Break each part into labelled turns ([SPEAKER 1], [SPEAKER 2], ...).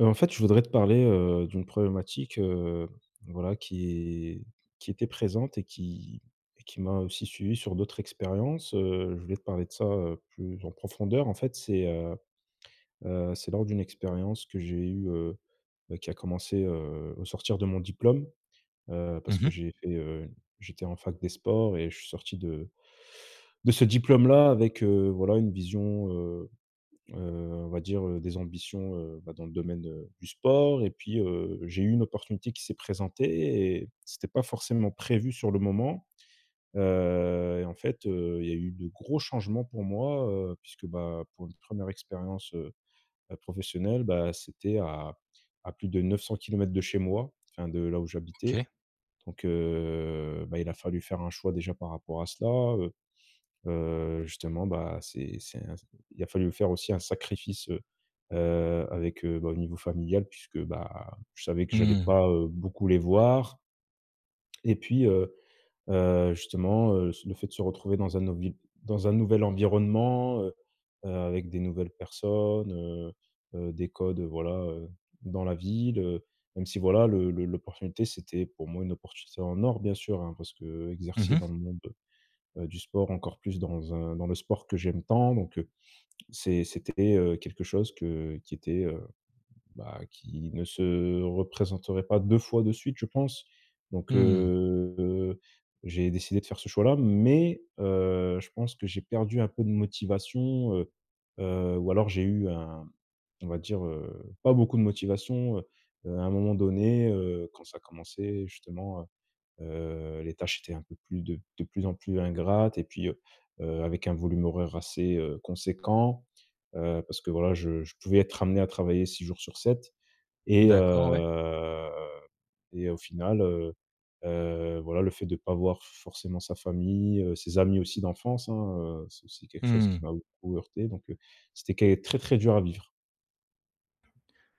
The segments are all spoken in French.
[SPEAKER 1] En fait, je voudrais te parler, d'une problématique, voilà, qui était présente et qui m'a aussi suivi sur d'autres expériences. Je voulais te parler de ça, plus en profondeur. En fait, c'est lors d'une expérience que j'ai eue, qui a commencé, au sortir de mon diplôme, parce
[SPEAKER 2] Mmh
[SPEAKER 1] que
[SPEAKER 2] mh.
[SPEAKER 1] j'ai fait, j'étais en fac des sports et je suis sorti de ce diplôme-là avec, voilà, une vision. Heu, on va dire, des ambitions, bah, dans le domaine, du sport et puis, j'ai eu une opportunité qui s'est présentée et c'était pas forcément prévu sur le moment, et en fait, il y a eu de gros changements pour moi, puisque, bah, pour une première expérience, professionnelle, bah, c'était à plus de 900 km de chez moi, enfin de là où j'habitais,
[SPEAKER 2] OK.
[SPEAKER 1] donc bah, il a fallu faire un choix déjà par rapport à cela. Justement, bah, c'est un il a fallu faire aussi un sacrifice, avec, bah, au niveau familial puisque, bah, je savais que j'allais
[SPEAKER 2] Mmh.
[SPEAKER 1] pas, beaucoup les voir, et puis, justement, le fait de se retrouver dans un nouvelle dans un nouvel environnement, avec des nouvelles personnes, des codes, voilà, dans la ville, même si voilà, le l'opportunité, c'était pour moi une opportunité en or bien sûr, hein, parce que
[SPEAKER 2] Mmh
[SPEAKER 1] exercer
[SPEAKER 2] mh.
[SPEAKER 1] dans le monde, du sport, encore plus dans le sport que j'aime tant, donc c'était, quelque chose que qui était, bah, qui ne se représenterait pas 2 fois de suite, je pense, donc
[SPEAKER 2] Mmh.
[SPEAKER 1] j'ai décidé de faire ce choix-là, mais je pense que j'ai perdu un peu de motivation, ou alors j'ai eu un on va dire, pas beaucoup de motivation, à un moment donné, quand ça a commencé justement. Les tâches étaient un peu plus de plus en plus ingrates, et puis, avec un volume horaire assez, conséquent, parce que voilà, je pouvais être amené à travailler 6 jours sur 7, et
[SPEAKER 2] D'accord, ouais.
[SPEAKER 1] heu et au final, voilà, le fait de ne pas voir forcément sa famille, ses amis aussi d'enfance, hein, c'est aussi quelque chose
[SPEAKER 2] Mmh.
[SPEAKER 1] qui m'a beaucoup heurté, donc c'était qué très, très dur à vivre.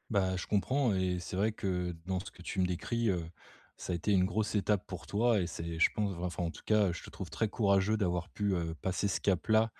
[SPEAKER 2] Bah, je comprends et c'est vrai que dans ce que tu me décris, ça a été une grosse étape pour toi. Et c'est je pense enfin, en tout cas, je te trouve très courageux d'avoir pu, passer ce cap-là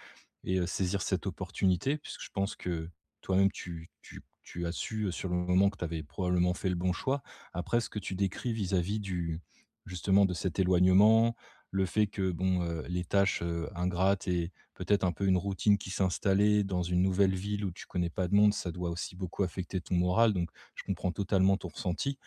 [SPEAKER 2] et saisir cette opportunité, puisque je pense que toi-même tu as su, sur le moment, que tu avais probablement fait le bon choix. Après, ce que tu décris vis-à-vis du justement de cet éloignement, le fait que bon, les tâches, ingrates et peut-être un peu une routine qui s'installait dans une nouvelle ville où tu connais pas de monde, ça doit aussi beaucoup affecter ton moral, donc je comprends totalement ton ressenti.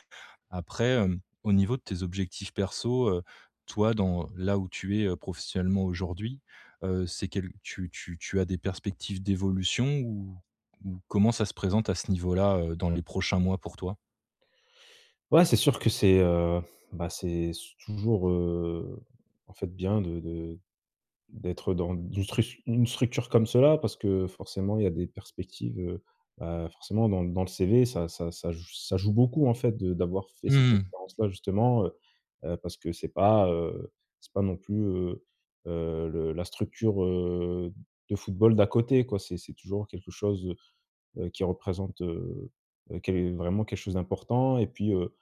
[SPEAKER 2] Après, au niveau de tes objectifs perso, toi, dans là où tu es, professionnellement aujourd'hui, c'est quel tu as des perspectives d'évolution ou comment ça se présente à ce niveau-là, dans les prochains mois pour toi?
[SPEAKER 1] Ouais, c'est sûr que c'est, bah, c'est toujours, en fait, bien de d'être dans une structure comme cela, parce que forcément, il y a des perspectives, bah, forcément dans le CV, ça joue beaucoup en fait de d'avoir fait cette
[SPEAKER 2] Mmh.
[SPEAKER 1] expérience-là justement, parce que c'est pas non plus, le la structure, de football d'à côté, quoi. C'est toujours quelque chose, qui représente, quel vraiment quelque chose d'important, et puis,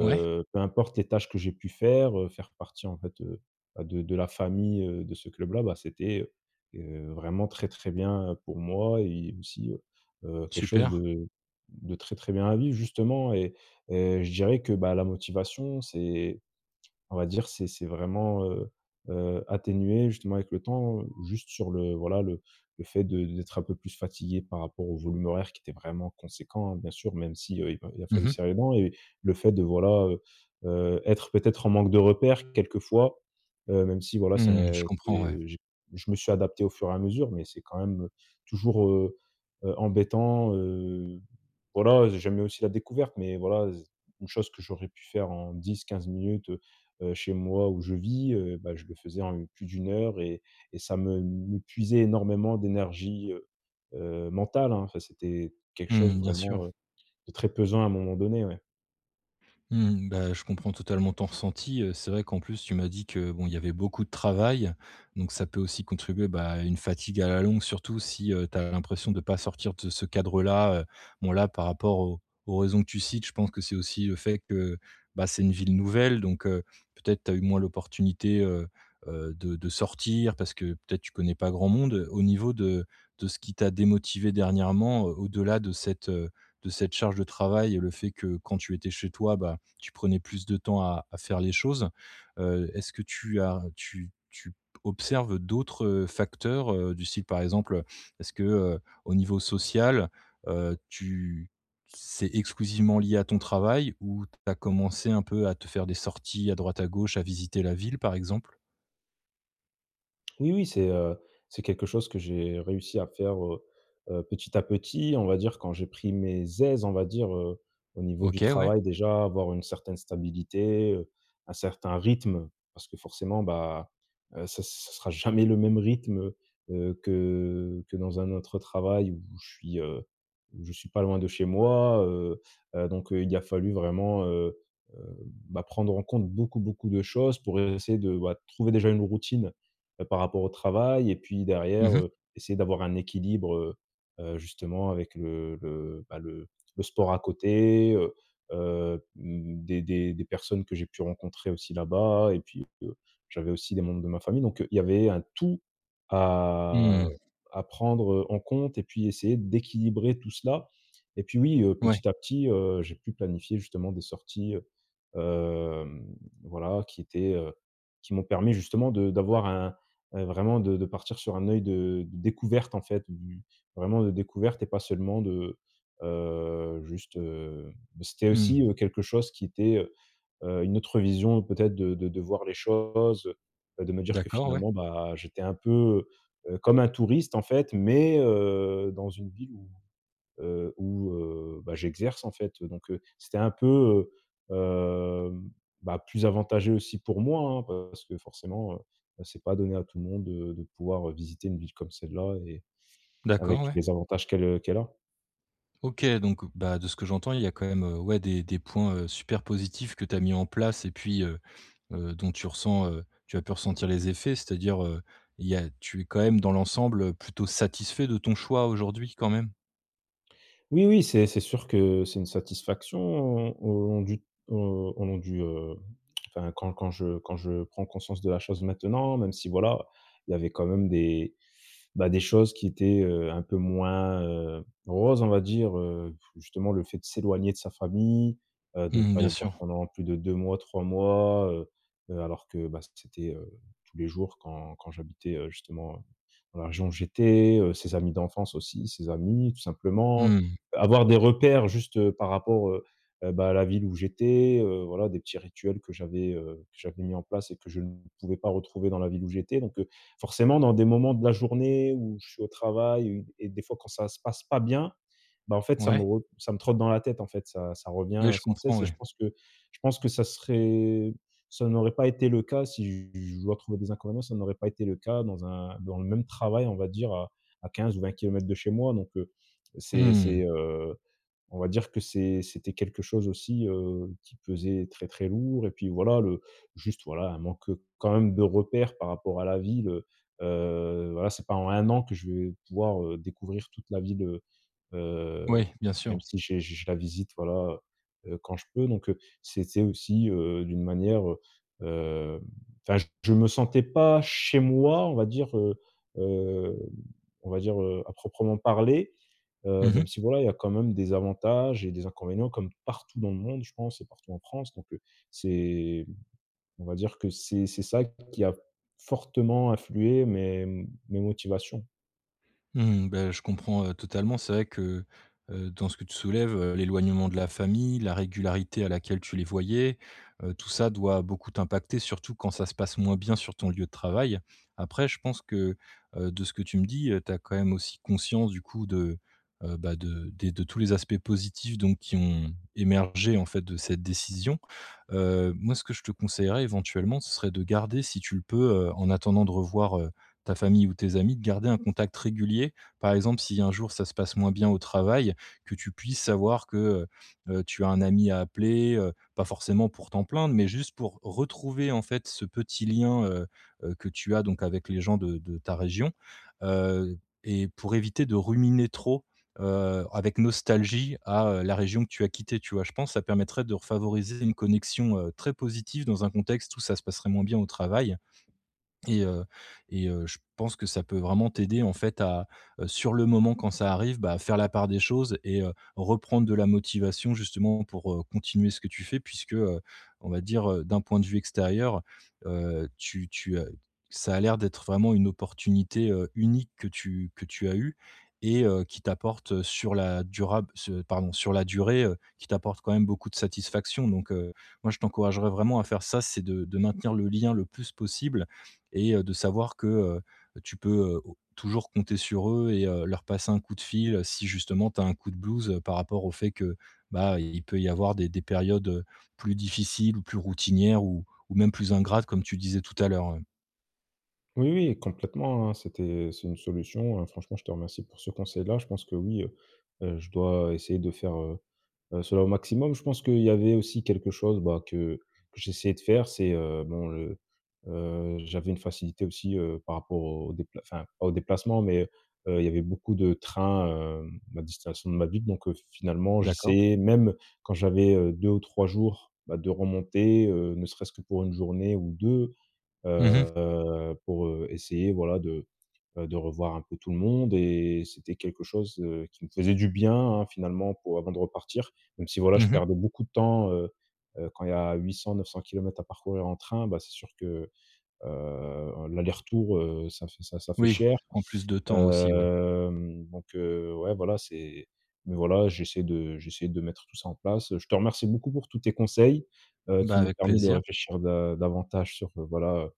[SPEAKER 2] Ouais,
[SPEAKER 1] peu importe les tâches que j'ai pu faire, faire partie en fait, bah, de la famille, de ce club-là, bah, c'était, heu vraiment très, très bien pour moi, et aussi, quelque chose
[SPEAKER 2] super.
[SPEAKER 1] de très, très bien à vivre justement. Et je dirais que, bah, la motivation, c'est, on va dire, c'est vraiment, atténué justement avec le temps, juste sur le, voilà, le fait de d'être un peu plus fatigué par rapport au volume horaire qui était vraiment conséquent, hein, bien sûr, même si, il a
[SPEAKER 2] Mmh
[SPEAKER 1] fallu
[SPEAKER 2] mh.
[SPEAKER 1] serrer les dents et le fait de, voilà, être peut-être en manque de repères quelquefois, même si voilà,
[SPEAKER 2] Mmh, je comprends,
[SPEAKER 1] c'est,
[SPEAKER 2] ouais.
[SPEAKER 1] je me suis adapté au fur et à mesure, mais c'est quand même toujours, embêtant, voilà, j'aimais aussi la découverte, mais voilà, une chose que j'aurais pu faire en 10 15 minutes, chez moi où je vis, bah, je le faisais en plus d'une heure, et et ça me puisait énormément d'énergie, mentale, hein. Enfin, c'était quelque chose
[SPEAKER 2] Mmh, bien
[SPEAKER 1] vraiment,
[SPEAKER 2] sûr.
[SPEAKER 1] de très pesant à un moment donné, ouais.
[SPEAKER 2] Mmh, bah, je comprends totalement ton ressenti, c'est vrai qu'en plus tu m'as dit que, bon, il y avait beaucoup de travail, donc ça peut aussi contribuer, bah, à une fatigue à la longue, surtout si tu as l'impression de ne pas sortir de ce cadre-là. Bon là, par rapport aux aux raisons que tu cites, je pense que c'est aussi le fait que, bah, c'est une ville nouvelle, donc, peut-être tu as eu moins l'opportunité, de sortir parce que peut-être tu connais pas grand monde. Au niveau de ce qui t'a démotivé dernièrement, au-delà de cette charge de travail et le fait que quand tu étais chez toi, bah, tu prenais plus de temps à faire les choses. Est-ce que tu as tu observes d'autres, facteurs, du style par exemple, est-ce que, au niveau social, tu c'est exclusivement lié à ton travail, ou tu as commencé un peu à te faire des sorties à droite à gauche, à visiter la ville par exemple?
[SPEAKER 1] Oui, oui, c'est quelque chose que j'ai réussi à faire, petit à petit. On va dire quand j'ai pris mes aises, on va dire, au niveau du
[SPEAKER 2] OK, ouais.
[SPEAKER 1] travail déjà, avoir une certaine stabilité, un certain rythme, parce que forcément, bah, ça sera jamais le même rythme, que dans un autre travail où je suis pas loin de chez moi, donc il a fallu vraiment, heu, bah, prendre en compte beaucoup, beaucoup de choses pour essayer de, bah, trouver déjà une routine, par rapport au travail, et puis
[SPEAKER 2] Mmh
[SPEAKER 1] derrière,
[SPEAKER 2] mh.
[SPEAKER 1] essayer d'avoir un équilibre, justement avec le, bah, le sport à côté, mmh, des des personnes que j'ai pu rencontrer aussi là-bas, et puis, j'avais aussi des membres de ma famille, donc, il y avait un tout à
[SPEAKER 2] Mmh.
[SPEAKER 1] à prendre en compte et puis essayer d'équilibrer tout cela. Et puis oui,
[SPEAKER 2] Ouais.
[SPEAKER 1] petit à petit, j'ai pu planifier justement des sorties, voilà, qui étaient, qui m'ont permis justement de d'avoir un, vraiment de partir sur un œil de découverte en fait, du vraiment de découverte et pas seulement de, heu, juste, heu c'était aussi,
[SPEAKER 2] Mmh.
[SPEAKER 1] quelque chose qui était, une autre vision peut-être de de voir les choses, de me dire que
[SPEAKER 2] D'accord, ouais.
[SPEAKER 1] finalement, bah, j'étais un peu, comme un touriste en fait, mais, dans une ville où, bah, j'exerce en fait, donc, c'était un peu, heu, hem, bah, plus avantageux aussi pour moi, hein, parce que forcément, bah, c'est pas donné à tout le monde, de pouvoir visiter une ville comme celle-là, et
[SPEAKER 2] D'accord,
[SPEAKER 1] avec tous
[SPEAKER 2] ouais.
[SPEAKER 1] les avantages qu'elle a.
[SPEAKER 2] OK, donc bah, de ce que j'entends, il y a quand même, ouais, des points, super positifs que tu as mis en place et puis, dont tu ressens, tu as pu ressentir les effets. C'est-à-dire, il y a tu es quand même dans l'ensemble, plutôt satisfait de ton choix aujourd'hui quand même?
[SPEAKER 1] Oui, oui, c'est sûr que c'est une satisfaction au au long du, enfin, quand je prends conscience de la chose maintenant, même si voilà, il y avait quand même des, bah, des choses qui étaient, un peu moins, roses, on va dire, justement le fait de s'éloigner de sa famille, de ne
[SPEAKER 2] Mmh,
[SPEAKER 1] pas
[SPEAKER 2] bien
[SPEAKER 1] les voir
[SPEAKER 2] sûr.
[SPEAKER 1] pendant plus de 2 mois, 3 mois, alors que, bah, c'était, tous les jours quand j'habitais, justement, dans la région où j'étais, ses amis d'enfance aussi, ses amis, tout simplement.
[SPEAKER 2] Mmh.
[SPEAKER 1] Avoir des repères juste, par rapport, bah, à la ville où j'étais, voilà, des petits rituels que j'avais mis en place et que je ne pouvais pas retrouver dans la ville où j'étais, donc forcément dans des moments de la journée où je suis au travail, et des fois quand ça se passe pas bien, bah, en fait
[SPEAKER 2] Ouais.
[SPEAKER 1] ça me trotte dans la tête en fait, ça
[SPEAKER 2] Ouais,
[SPEAKER 1] revient
[SPEAKER 2] je
[SPEAKER 1] sans
[SPEAKER 2] comprends,
[SPEAKER 1] cesse. Et je
[SPEAKER 2] ouais.
[SPEAKER 1] pense que je pense que ça serait ça n'aurait pas été le cas, si je dois trouver des inconvénients, ça n'aurait pas été le cas dans le même travail, on va dire à 15 ou 20 kilomètres de chez moi, donc c'est
[SPEAKER 2] Mmh.
[SPEAKER 1] c'est, heu, on va dire que c'est c'était quelque chose aussi, qui pesait très, très lourd, et puis voilà le, juste voilà, un manque quand même de repères par rapport à la ville, voilà, c'est pas en un an que je vais pouvoir, découvrir toute la ville, heu,
[SPEAKER 2] Ouais, bien
[SPEAKER 1] même
[SPEAKER 2] sûr.
[SPEAKER 1] si je la visite, voilà, quand je peux, donc c'était aussi, d'une manière, enfin, j je me sentais pas chez moi, on va dire, hem, on va dire, à proprement parler,
[SPEAKER 2] Mmh.
[SPEAKER 1] même si voilà, il y a quand même des avantages et des inconvénients comme partout dans le monde, je pense, et partout en France, donc c'est on va dire que c'est ça qui a fortement influé mes motivations.
[SPEAKER 2] Mmh, bah, je comprends, totalement. C'est vrai que, dans ce que tu soulèves, l'éloignement de la famille, la régularité à laquelle tu les voyais, tout ça doit beaucoup t'impacter, surtout quand ça se passe moins bien sur ton lieu de travail. Après, je pense que, de ce que tu me dis, tu as quand même aussi conscience du coup de, bah, de des de tous les aspects positifs donc qui ont émergé en fait de cette décision. Moi ce que je te conseillerais éventuellement, ce serait de garder si tu le peux, en attendant de revoir ta famille ou tes amis, de garder un contact régulier. Par exemple, si un jour ça se passe moins bien au travail, que tu puisses savoir que tu as un ami à appeler, pas forcément pour t'en plaindre, mais juste pour retrouver en fait ce petit lien, que tu as donc avec les gens de ta région, heu et pour éviter de ruminer trop, avec nostalgie à, la région que tu as quittée, tu vois? Je pense que ça permettrait de favoriser une connexion, très positive dans un contexte où ça se passerait moins bien au travail et heu je pense que ça peut vraiment t'aider en fait à, sur le moment quand ça arrive, bah, faire la part des choses et reprendre de la motivation justement pour, continuer ce que tu fais, puisque, on va dire, d'un point de vue extérieur, tu tu as ça a l'air d'être vraiment une opportunité, unique que tu as eue et qui t'apporte, sur la durable se pardon, sur la durée, qui t'apporte quand même beaucoup de satisfaction, donc moi je t'encouragerais vraiment à faire ça, c'est de maintenir le lien le plus possible et de savoir que, tu peux, au toujours compter sur eux et leur passer un coup de fil, si justement tu as un coup de blues, par rapport au fait que, bah, il peut y avoir des périodes, plus difficiles ou plus routinières ou même plus ingrates comme tu disais tout à l'heure, ouais.
[SPEAKER 1] Oui, oui, complètement, hein, c'est une solution, franchement, je te remercie pour ce conseil-là. Je pense que oui, je dois essayer de faire, cela au maximum. Je pense qu'il y avait aussi quelque chose, bah, que j'essayais de faire, c'est, bon, le j'avais une facilité aussi, par rapport au dépla enfin, pas au déplacement, mais il y avait beaucoup de trains, hem, à destination de ma ville, donc finalement,
[SPEAKER 2] D'accord.
[SPEAKER 1] j'essayais, même quand j'avais, deux ou 3 jours, bah, de remonter, ne serait-ce que pour une journée ou deux,
[SPEAKER 2] Mmh mh.
[SPEAKER 1] pour, essayer voilà de revoir un peu tout le monde, et c'était quelque chose, qui me faisait du bien, hein, finalement, pour avant de repartir. Même si voilà, je
[SPEAKER 2] Mmh.
[SPEAKER 1] perdais beaucoup de temps, quand il y a 800 900 kilomètres à parcourir en train, bah, c'est sûr que, l'aller-retour, ça ça fait
[SPEAKER 2] Oui,
[SPEAKER 1] cher.
[SPEAKER 2] en plus de temps aussi, oui.
[SPEAKER 1] Hem, donc ouais, voilà, c'est mais voilà, j'essaie de mettre tout ça en place. Je te remercie beaucoup pour tous tes conseils,
[SPEAKER 2] Bah,
[SPEAKER 1] qui m'ont
[SPEAKER 2] avec
[SPEAKER 1] permis de
[SPEAKER 2] plaisir.
[SPEAKER 1] réfléchir da davantage sur, voilà,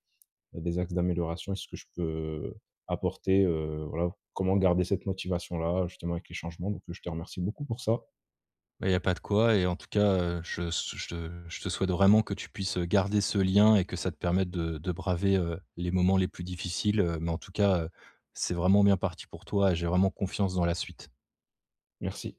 [SPEAKER 1] des axes d'amélioration. Est-ce que je peux apporter, voilà, comment garder cette motivation-là, justement, avec les changements? Donc, je te remercie beaucoup pour ça.
[SPEAKER 2] Bah, il n'y a pas de quoi. Et en tout cas, heu, je je te je te souhaite vraiment que tu puisses garder ce lien et que ça te permette de braver, les moments les plus difficiles, mais en tout cas, c'est vraiment bien parti pour toi et j'ai vraiment confiance dans la suite.
[SPEAKER 1] Merci.